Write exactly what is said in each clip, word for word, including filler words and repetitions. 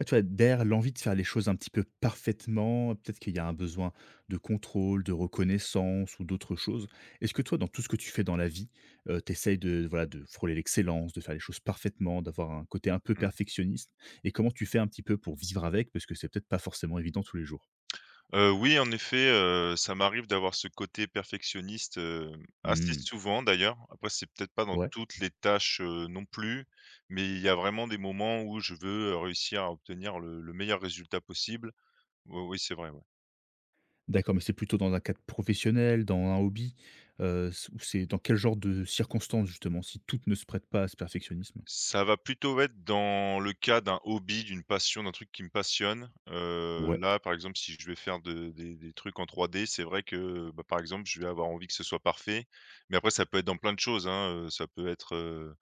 Ouais, tu vois, derrière l'envie de faire les choses un petit peu parfaitement, peut-être qu'il y a un besoin de contrôle, de reconnaissance ou d'autres choses. Est-ce que toi, dans tout ce que tu fais dans la vie, euh, t'essayes de, voilà, de frôler l'excellence, de faire les choses parfaitement, d'avoir un côté un peu Mmh. perfectionniste? Et comment tu fais un petit peu pour vivre avec? Parce que c'est peut-être pas forcément évident tous les jours. Heu, oui, en effet, heu, ça m'arrive d'avoir ce côté perfectionniste, heu, assez Hmm, souvent d'ailleurs. Après, c'est peut-être pas dans ouais. toutes les tâches, heu, non plus, mais il y a vraiment des moments où je veux, heu, réussir à obtenir le le meilleur résultat possible. Oui, oui, c'est vrai, ouais. D'accord, mais c'est plutôt dans un cadre professionnel, dans un hobby, euh, ou c'est dans quel genre de circonstances justement, si tout ne se prête pas à ce perfectionnisme? Ça va plutôt être dans le cas d'un hobby, d'une passion, d'un truc qui me passionne. Heu, Ouais. Là, par exemple, si je vais faire de des des trucs en trois D, c'est vrai que, bah, par exemple, je vais avoir envie que ce soit parfait. Mais après, ça peut être dans plein de choses, hein, heu, ça peut être, heu,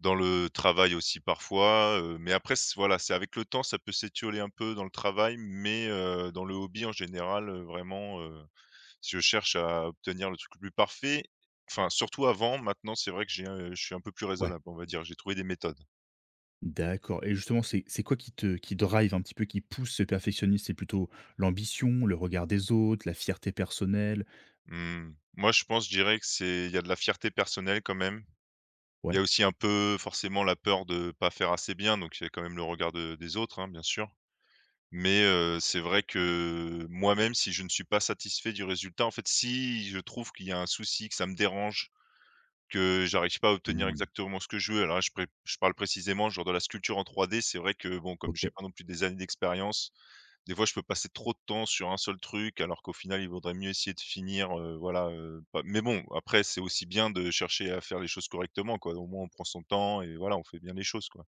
dans le travail aussi parfois, heu, mais après c voilà, c'est avec le temps, ça peut s'étioler un peu dans le travail, mais heu, dans le hobby en général, heu, vraiment, euh, si je cherche à obtenir le truc le plus parfait. Enfin, surtout avant, maintenant, c'est vrai que j'ai, heu, je suis un peu plus Ouais. raisonnable, on va dire. J'ai trouvé des méthodes. D'accord et justement, c'est c'est quoi qui te qui drive un petit peu, qui pousse ce perfectionniste? C'est plutôt l'ambition, le regard des autres, la fierté personnelle? Mmh, moi, je pense, je dirais que c'est il y a de la fierté personnelle quand même. Il y Ouais? a aussi un peu forcément la peur de pas faire assez bien, donc il y a quand même le regard de des autres, hein, bien sûr. Mais, heu, c'est vrai que moi-même, si je ne suis pas satisfait du résultat, en fait, si je trouve qu'il y a un souci, que ça me dérange, que j'arrive pas à obtenir Mmh, exactement ce que je veux. Alors là, je pré je parle précisément genre de la sculpture en trois D. C'est vrai que bon, comme j'ai OK. pas non plus des années d'expérience, des fois je peux passer trop de temps sur un seul truc alors qu'au final il vaudrait mieux essayer de finir, heu, voilà, heu, pas mais bon, après c'est aussi bien de chercher à faire les choses correctement, quoi. Au moins on prend son temps et voilà, on fait bien les choses, quoi.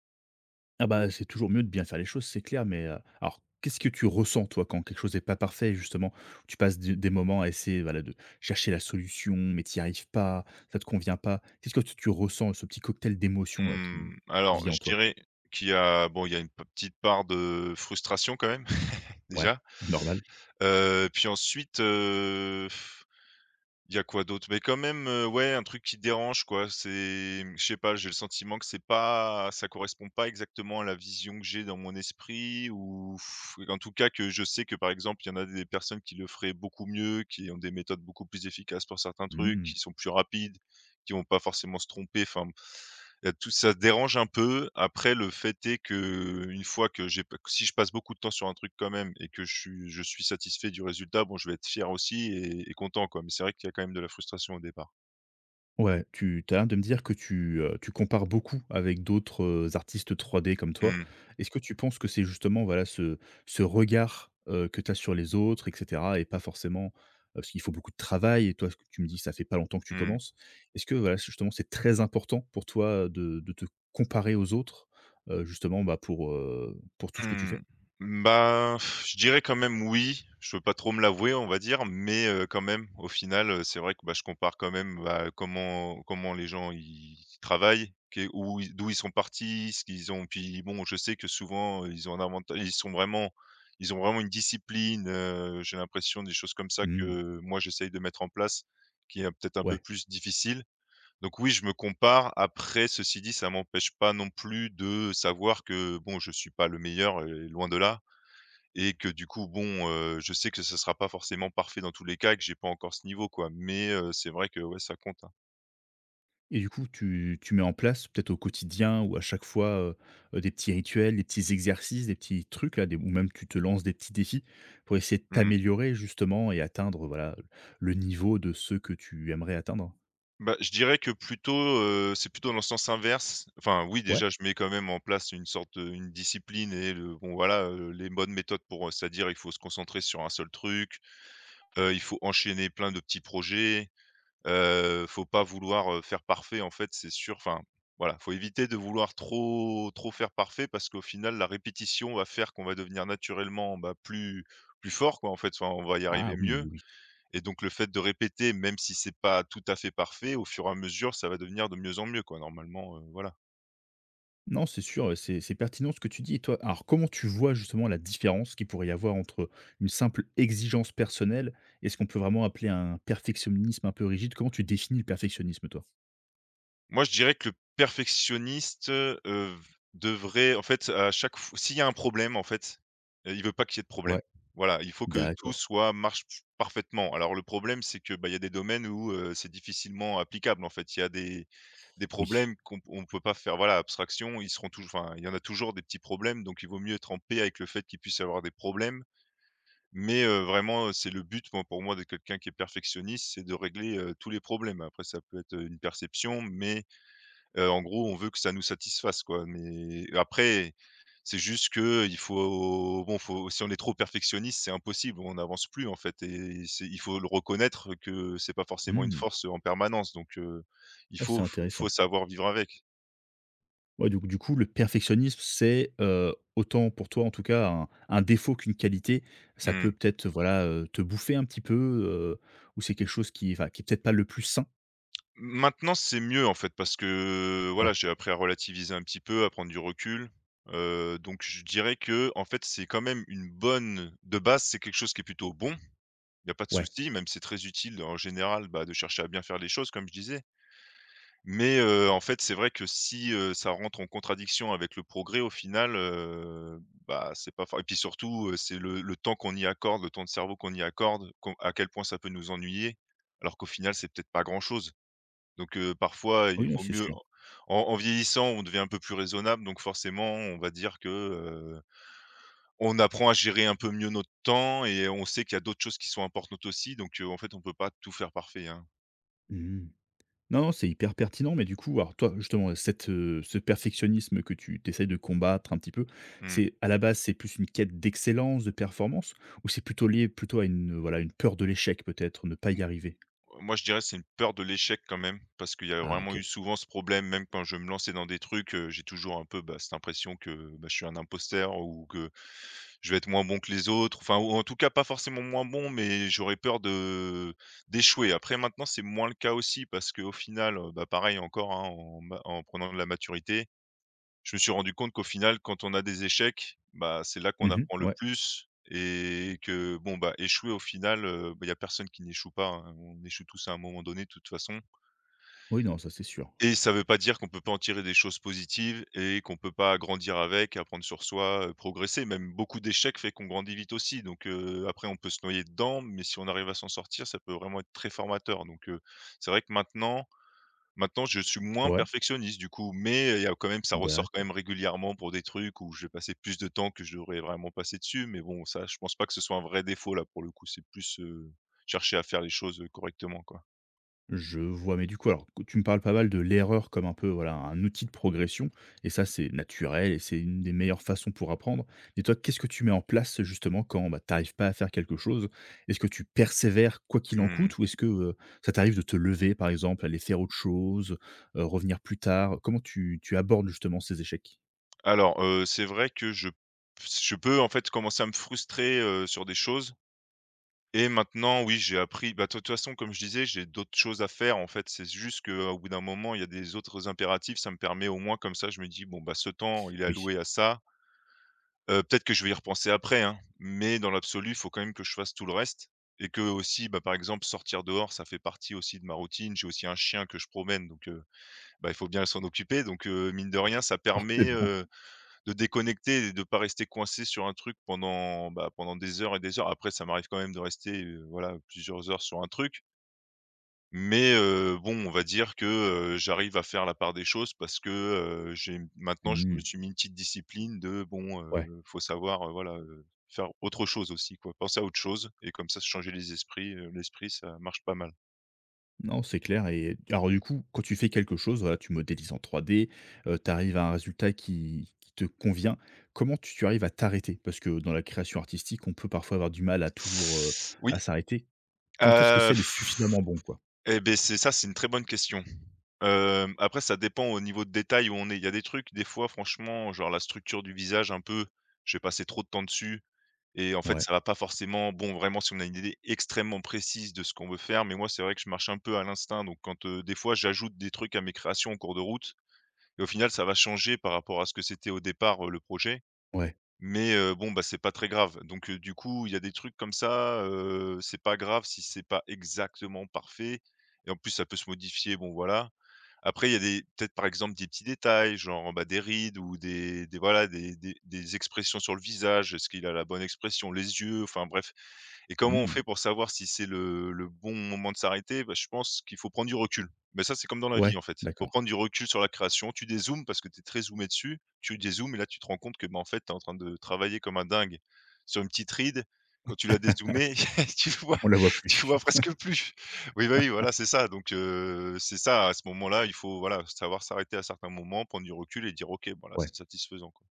Ah bah, c'est toujours mieux de bien faire les choses, c'est clair, mais, heu, alors qu'est-ce que tu ressens, toi, quand quelque chose n'est pas parfait, justement? Tu passes des des moments à essayer, voilà, de chercher la solution, mais tu n'y arrives pas, ça te convient pas. Qu'est-ce que tu tu ressens, ce petit cocktail d'émotions là qui Mmh, alors vit en je toi? dirais qu'il y a bon, il y a une p petite part de frustration quand même Ouais, déjà, normal. heu, puis ensuite, heu il y a quoi d'autre? Mais quand même, heu, ouais, un truc qui dérange, quoi. C'est, mmh, je sais pas, j'ai le sentiment que c'est pas ça correspond pas exactement à la vision que j'ai dans mon esprit ou pff, en tout cas que je sais que, par exemple, il y en a des personnes qui le feraient beaucoup mieux, qui ont des méthodes beaucoup plus efficaces pour certains trucs, Mmh. qui sont plus rapides, qui vont pas forcément se tromper. Enfin Heu, tout ça dérange un peu. Après, le fait est que une fois que j'ai p si je passe beaucoup de temps sur un truc quand même et que je suis je suis satisfait du résultat, bon, je vais être fier aussi et et content, quoi. Mais c'est vrai qu'il y a quand même de la frustration au départ. Ouais, tu as l'air de me dire que tu, heu, tu compares beaucoup avec d'autres, heu, artistes trois D comme toi. Mmh. Est-ce que tu penses que c'est justement, voilà, ce ce regard, heu, que tu as sur les autres et cetera et pas forcément, heu, parce qu'il faut beaucoup de travail et toi, ce que tu me dis, que ça fait pas longtemps que tu Mmh. commences. Est-ce que, voilà, justement, c'est très important pour toi, de de te comparer aux autres, heu, justement, bah, pour, heu, pour tout ce que tu Mmh. fais? Bah, pff, je dirais quand même oui. Je veux pas trop me l'avouer, on va dire, mais heu, quand même, au final, heu, c'est vrai que, bah, je compare quand même, bah, comment comment les gens ils travaillent, que où ils d'où ils sont partis, ce qu'ils ont puis bon, je sais que souvent, heu, ils ont un avanta ils sont vraiment ils ont vraiment une discipline, heu, j'ai l'impression des choses comme ça Mmh, que moi j'essaye de mettre en place, qui est peut-être un peu ouais. plus difficile. Donc oui, je me compare. Après, ceci dit, ça m'empêche pas non plus de savoir que bon, je suis pas le meilleur, heu, loin de là et que du coup, bon, heu, je sais que ce sera pas forcément parfait dans tous les cas et que j'ai pas encore ce niveau, quoi. Mais, heu, c'est vrai que ouais, ça compte, hein. Et du coup, tu tu mets en place peut-être au quotidien ou à chaque fois, heu heu, des petits rituels, des petits exercices, des petits trucs là, des, ou même tu te lances des petits défis pour essayer de Mmh. t'améliorer justement et atteindre, voilà, le niveau de ceux que tu aimerais atteindre? Bah, je dirais que plutôt, heu, c'est plutôt dans le sens inverse. Enfin oui, Ouais? déjà, je mets quand même en place une sorte, heu, une discipline et le bon voilà, heu, les bonnes méthodes pour, heu, c'est-à-dire il faut se concentrer sur un seul truc, heu, il faut enchaîner plein de petits projets, Heu, faut pas vouloir, heu, faire parfait, en fait, c'est sûr. Enfin, voilà, faut éviter de vouloir trop trop faire parfait parce qu'au final, la répétition va faire qu'on va devenir naturellement, bah, plus plus fort, quoi, en fait. Enfin, on va y Ah arriver oui, mieux oui, oui. et donc le fait de répéter, même si c'est pas tout à fait parfait, au fur et à mesure, ça va devenir de mieux en mieux, quoi, normalement, heu, voilà. Non, c'est sûr, heu, c'est c'est pertinent ce que tu dis et toi, alors comment tu vois justement la différence qu'il pourrait y avoir entre une simple exigence personnelle et ce qu'on peut vraiment appeler un perfectionnisme un peu rigide? Comment tu définis le perfectionnisme toi? Moi, je dirais que le perfectionniste, heu, devrait en fait, à chaque fois, s'il y a un problème, en fait, heu, il veut pas qu'il y ait de problème. Ouais, Voilà, il faut que tout d'accord. soit marche f parfaitement. Alors le problème, c'est que, bah, il y a des domaines où, heu, c'est difficilement applicable, en fait. Il y a des des Oui. problèmes qu'on on peut pas faire, voilà, abstraction. Ils seront tou Enfin, il y en a toujours des petits problèmes, donc il vaut mieux être en paix avec le fait qu'il puisse y avoir des problèmes. Mais, heu, vraiment, c'est le but, moi, pour moi, de quelqu'un qui est perfectionniste, c'est de régler, heu, tous les problèmes. Après ça peut être, une perception, mais Heu, en gros, on veut que ça nous satisfasse, quoi, mais après, c'est juste que il faut bon, faut si on est trop perfectionniste, c'est impossible, on n'avance plus, en fait et c'est il faut le reconnaître que c'est pas forcément une Mmh. force en permanence, donc heu, il Ah, c'est faut faut intéressant. savoir vivre avec. Ouais, donc du coup, le perfectionnisme, c'est, heu, autant pour toi, en tout cas, un un défaut qu'une qualité. Ça peut Mmh. peut-être, voilà, heu, te bouffer un petit peu, heu, ou c'est quelque chose qui enfin, qui est peut-être pas le plus sain? Maintenant, c'est mieux, en fait, parce que, Ouais, voilà, j'ai appris à relativiser un petit peu, à prendre du recul, heu, donc je dirais que, en fait, c'est quand même une bonne de base, c'est quelque chose qui est plutôt bon. Il y a pas de ouais. souci, même si c'est très utile en général, bah, de chercher à bien faire les choses comme je disais. Mais, heu, en fait, c'est vrai que si, heu, ça rentre en contradiction avec le progrès au final, heu, bah, c'est pas for et puis surtout, heu, c'est le le temps qu'on y accorde, le temps de cerveau qu'on y accorde, qu'on à quel point ça peut nous ennuyer, alors qu'au final c'est peut-être pas grand-chose. Donc, heu, parfois il Oui, non, vaut c'est mieux sûr. en en vieillissant on devient un peu plus raisonnable donc forcément on va dire que, on apprend à gérer un peu mieux notre temps et on sait qu'il y a d'autres choses qui sont importantes aussi, donc heu, en fait, on peut pas tout faire parfait, hein. Mmh. Non, non, c'est hyper pertinent, mais du coup, alors toi, justement, cette, heu, ce perfectionnisme que tu essayes de combattre un petit peu, Mmh. c'est à la base, c'est plus une quête d'excellence, de performance, ou c'est plutôt lié plutôt à une, heu, voilà, une peur de l'échec peut-être, ne pas y M arriver? Moi, je dirais, c'est une peur de l'échec quand même, parce qu'il y a Ah vraiment eu OK. souvent ce problème, même quand je me lançais dans des trucs, heu, j'ai toujours un peu, bah, cette impression que, bah, je suis un imposteur ou que je vais être moins bon que les autres, enfin, ou en tout cas, pas forcément moins bon, mais j'aurais peur de d'échouer. Après maintenant, c'est moins le cas aussi parce qu'au final, heu, bah, pareil encore, hein, en ma en prenant de la maturité, je me suis rendu compte qu'au final, quand on a des échecs, bah, c'est là qu'on Mmh. apprend le Ouais. plus et que bon, bah, échouer au final, heu, bah, il n'y y a personne qui n'échoue pas, hein. On échoue tous à un moment donné de toute façon Oui, non, ça, c'est sûr. et ça veut pas dire qu'on peut pas en tirer des choses positives et qu'on peut pas grandir avec, apprendre sur soi, heu, progresser. Même beaucoup d'échecs fait qu'on grandit vite aussi donc heu, après on peut se noyer dedans, mais si on arrive à s'en sortir, ça peut vraiment être très formateur donc heu, c'est vrai que maintenant maintenant, je suis moins Ouais, perfectionniste du coup, mais il y a quand même ça ressort quand même d'accord. régulièrement pour des trucs où je vais passer plus de temps que je devrais vraiment passer dessus, mais bon, ça, je pense pas que ce soit un vrai défaut là pour le coup, c'est plus, heu, chercher à faire les choses, heu, correctement quoi. Je vois, mais du coup, alors, tu me parles pas mal de l'erreur comme un peu, voilà, un outil de progression, et ça, c'est naturel et c'est une des meilleures façons pour apprendre. Et toi, qu'est-ce que tu mets en place justement quand bah, t'arrives pas à faire quelque chose? Est-ce que tu persévères quoi qu'il en Mmh. coûte, ou est-ce que euh, ça t'arrive de te lever, par exemple, aller faire autre chose, euh, revenir plus tard? Comment tu, tu abordes justement ces échecs? Alors, heu, c'est vrai que je je peux en fait commencer à me frustrer, heu, sur des choses et maintenant oui, j'ai appris bah, de toute façon comme je disais, j'ai d'autres choses à faire en fait. C'est juste qu'au bout d'un moment, il y a des autres impératifs, ça me permet au moins comme ça je me dis: «Bon bah, ce temps il est Oui. alloué à ça». Heu, peut-être que je vais y repenser après, hein, mais dans l'absolu, il faut quand même que je fasse tout le reste et que aussi, bah, par exemple, sortir dehors, ça fait partie aussi de ma routine. J'ai aussi un chien que je promène, donc heu, bah, il faut bien s'en occuper, donc heu, mine de rien, ça permet, Forcément. heu, de déconnecter et de pas rester coincé sur un truc pendant, bah, pendant des heures et des heures. Après, ça m'arrive quand même de rester, heu, voilà, plusieurs heures sur un truc, mais heu, bon, on va dire que, heu, j'arrive à faire la part des choses parce que, heu, j'ai maintenant je Hmm. me suis mis une petite discipline de bon, heu, faut savoir, heu, voilà, heu, faire autre chose aussi quoi, penser à autre chose et comme ça se changer les esprits, heu, l'esprit ça marche pas mal. Non, c'est clair et alors du coup, quand tu fais quelque chose, voilà, tu modélises en trois D, tu arrives à un résultat qui qui te convient. Comment tu tu arrives à t'arrêter? Parce que dans la création artistique, on peut parfois avoir du mal à toujours, heu, Oui, à s'arrêter. Quand est-ce que c'est heu, le suffisamment bon, quoi? et ben c'est ça, c'est une très bonne question. Hem, après ça dépend au niveau de détail où on est. Il y a des trucs, des fois franchement, genre la structure du visage un peu, je vais passer trop de temps dessus. Et en fait, Ouais, ça va pas forcément bon, vraiment, si on a une idée extrêmement précise de ce qu'on veut faire, mais moi, c'est vrai que je marche un peu à l'instinct, donc quand, heu, des fois, j'ajoute des trucs à mes créations en cours de route et au final, ça va changer par rapport à ce que c'était au départ, heu, le projet, ouais. mais heu, bon, bah, c'est pas très grave, donc heu, du coup, il y a des trucs comme ça, heu, c'est pas grave si c'est pas exactement parfait et en plus, ça peut se modifier, bon, voilà. Après, il y a des peut-être, par exemple, des petits détails, genre, bah, des rides ou des des voilà, des des des expressions sur le visage. Est-ce qu'il a la bonne expression? Les yeux? Enfin bref, et comment on Mmh. fait pour savoir si c'est le le bon moment de s'arrêter? Bah, je pense qu'il faut prendre du recul. Mais ça, c'est comme dans la Ouais, vie, en fait. Faut d'accord. prendre du recul sur la création. Tu dézoomes parce que tu es très zoomé dessus. Tu dézoomes et là, tu te rends compte que, bah, en fait, tu es en train de travailler comme un dingue sur une petite ride. Quand tu l'as dézoomée, tu vois On la voit tu plus. vois presque plus. Oui, bah, oui, voilà, c'est ça. Donc heu, c'est ça, à ce moment-là, il faut, voilà, savoir s'arrêter à certains moments, prendre du recul et dire: «OK, voilà, Ouais. c'est satisfaisant, quoi».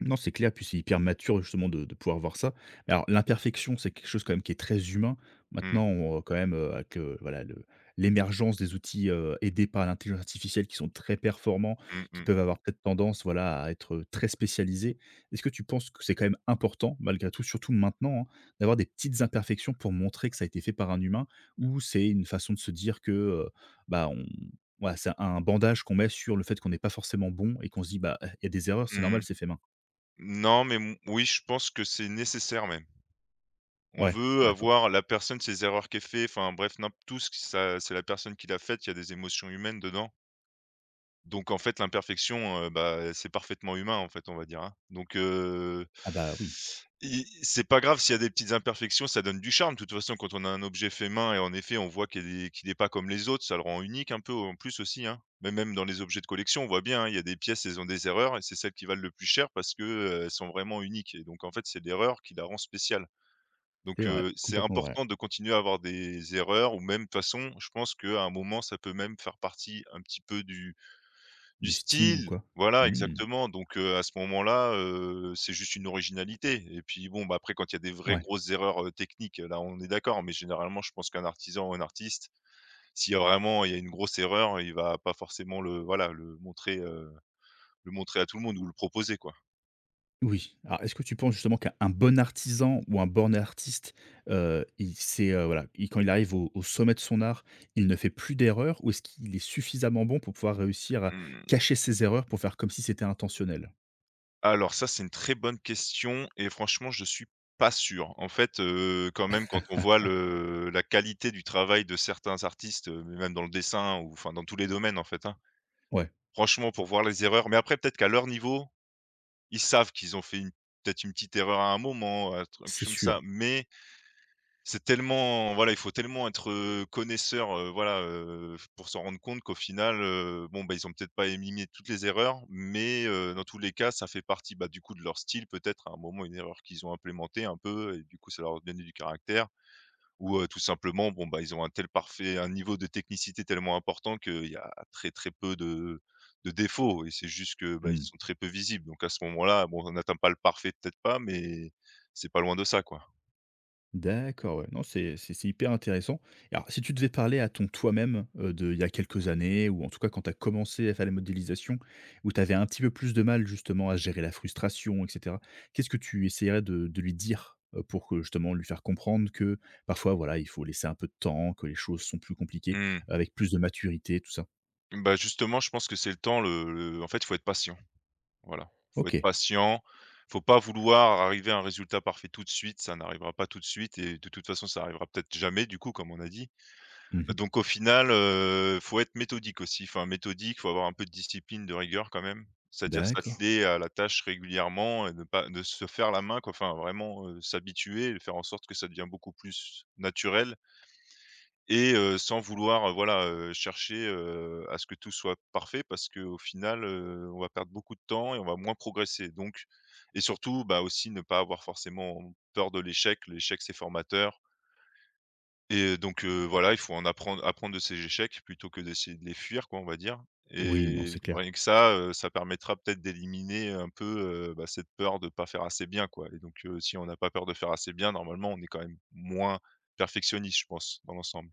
Non, c'est clair, puis c'est hyper mature justement de de pouvoir voir ça. Mais alors l'imperfection, c'est quelque chose quand même qui est très humain. Mmh. Maintenant, on euh, quand même, heu, avec, heu, voilà le l'émergence des outils, heu, aidés par l'intelligence artificielle qui sont très performants, Mmh qui mh. peuvent avoir peut-être tendance, voilà, à être, euh, très spécialisés. Est-ce que tu penses que c'est quand même important, malgré tout, surtout maintenant, hein, d'avoir des petites imperfections pour montrer que ça a été fait par un humain? Ou c'est une façon de se dire que, heu, bah, on voilà, c'est un bandage qu'on met sur le fait qu'on n'est pas forcément bon et qu'on se dit: «Bah, eh, il y a des erreurs, c'est Mmh. normal, c'est fait main». Non, mais m oui, je pense que c'est nécessaire même. On Ouais, veut d'accord. avoir la personne, ses erreurs qu'elle fait, enfin bref, n'imp tout ce que ça c'est la personne qui l'a faite, il y a des émotions humaines dedans. Donc en fait, l'imperfection, heu, bah, c'est parfaitement humain, en fait, on va dire, hein. Donc heu, Ah bah, oui, i c'est pas grave s'il y a des petites imperfections, ça donne du charme. De toute façon, quand on a un objet fait main et en effet, on voit qu'il est qu'il est pas comme les autres, ça le rend unique un peu, en plus aussi, hein. Mais même dans les objets de collection, on voit bien, hein, il y a des pièces, elles ont des erreurs et c'est celles qui valent le plus cher parce que, heu, elles sont vraiment uniques et donc en fait, c'est l'erreur qui la rend spéciale. c'est Donc vrai, heu, c'est complètement vrai. important de continuer à avoir des erreurs ou même, de toute façon, je pense qu'à un moment, ça peut même faire partie un petit peu du du Du style ou style. quoi. Voilà, Mmh. exactement. Donc heu, à ce moment-là, heu, c'est juste une originalité et puis bon, bah, après quand il y a des vraies Ouais, grosses erreurs, heu, techniques, là, on est d'accord, mais généralement, je pense qu'un artisan ou un artiste, s'il y a vraiment il y a une grosse erreur, il va pas forcément le voilà, le montrer, heu, le montrer à tout le monde ou le proposer, quoi. oui. Alors, est-ce que tu penses justement qu'un un bon artisan ou un born artiste, heu, il c'est, heu, voilà, il quand il arrive au au sommet de son art, il ne fait plus d'erreurs, ou est-ce qu'il est suffisamment bon pour pouvoir réussir à Mmh. cacher ses erreurs pour faire comme si c'était intentionnel? Alors ça, c'est une très bonne question et franchement, je suis pas sûr. En fait, heu, quand même, quand on voit le la qualité du travail de certains artistes, heu, mais même dans le dessin ou enfin dans tous les domaines, en fait, hein. Ouais, Franchement, pour voir les erreurs mais après peut-être qu'à leur niveau, ils savent qu'ils ont fait une peut-être une petite erreur à un moment, un truc c'est comme ça sûr. mais c'est tellement voilà, il faut tellement être, heu, connaisseur, heu, voilà, heu, pour s'en rendre compte qu'au final, heu, bon, bah, ils ont peut-être pas éliminé toutes les erreurs, mais heu, dans tous les cas, ça fait partie, bah, du coup, de leur style peut-être, à un moment, une erreur qu'ils ont implémentée un peu et du coup, ça leur a donné du caractère ou heu, tout simplement, bon, bah, ils ont un tel parfait un niveau de technicité tellement important qu'il y a très, très peu de de défauts et c'est juste que, bah, ils Mmh. sont très peu visibles donc à ce moment-là, bon, on n'atteint pas le parfait, peut-être pas, mais c'est pas loin de ça, quoi. D'accord, ouais. Non, c'est c'est c'est hyper intéressant. Et alors, si tu devais parler à ton toi-même, euh, de il y a quelques années ou en tout cas quand tu as commencé à faire les modélisations, où tu avais un petit peu plus de mal justement à gérer la frustration et cetera, qu'est-ce que tu essayerais de de lui dire, heu, pour que justement lui faire comprendre que parfois, voilà, il faut laisser un peu de temps, que les choses sont plus compliquées, Mmh. avec plus de maturité, tout ça? Bah, justement, je pense que c'est le temps, le le en fait, il faut être patient, voilà. Faut être OK. patient, faut pas vouloir arriver à un résultat parfait tout de suite, ça n'arrivera pas tout de suite et de toute façon, ça arrivera peut-être jamais du coup, comme on a dit. Mmh. Donc au final, heu, faut être méthodique aussi, enfin méthodique, faut avoir un peu de discipline, de rigueur quand même. C'est-à-dire D'accord. s'atteler à la tâche régulièrement et ne pas de se faire la main quoi, enfin vraiment, heu, s'habituer et faire en sorte que ça devient beaucoup plus naturel. Et heu, sans vouloir, heu, voilà, heu, chercher, heu, à ce que tout soit parfait parce qu'au final, heu, on va perdre beaucoup de temps et on va moins progresser donc et surtout, bah, aussi ne pas avoir forcément peur de l'échec. L'échec, c'est formateur et donc heu, voilà, il faut en apprendre apprendre de ces échecs plutôt que d'essayer de les fuir, quoi, on va dire Oui, non, et c'est clair. rien que ça, heu, ça permettra peut-être d'éliminer un peu, heu, bah, cette peur de pas faire assez bien, quoi et donc heu, si on n'a pas peur de faire assez bien, normalement, on est quand même moins perfectionniste, je pense, dans l'ensemble.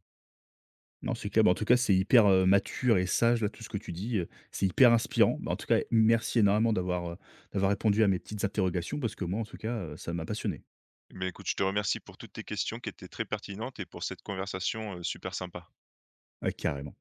Non, c'est clair. Bah, en tout cas, c'est hyper, heu, mature et sage, là, tout ce que tu dis, heu, c'est hyper inspirant. Bah, en tout cas, merci énormément d'avoir, heu, d'avoir répondu à mes petites interrogations parce que moi, en tout cas, heu, ça m'a passionné. Mais écoute, je te remercie pour toutes tes questions qui étaient très pertinentes et pour cette conversation, heu, super sympa. Ouais, carrément.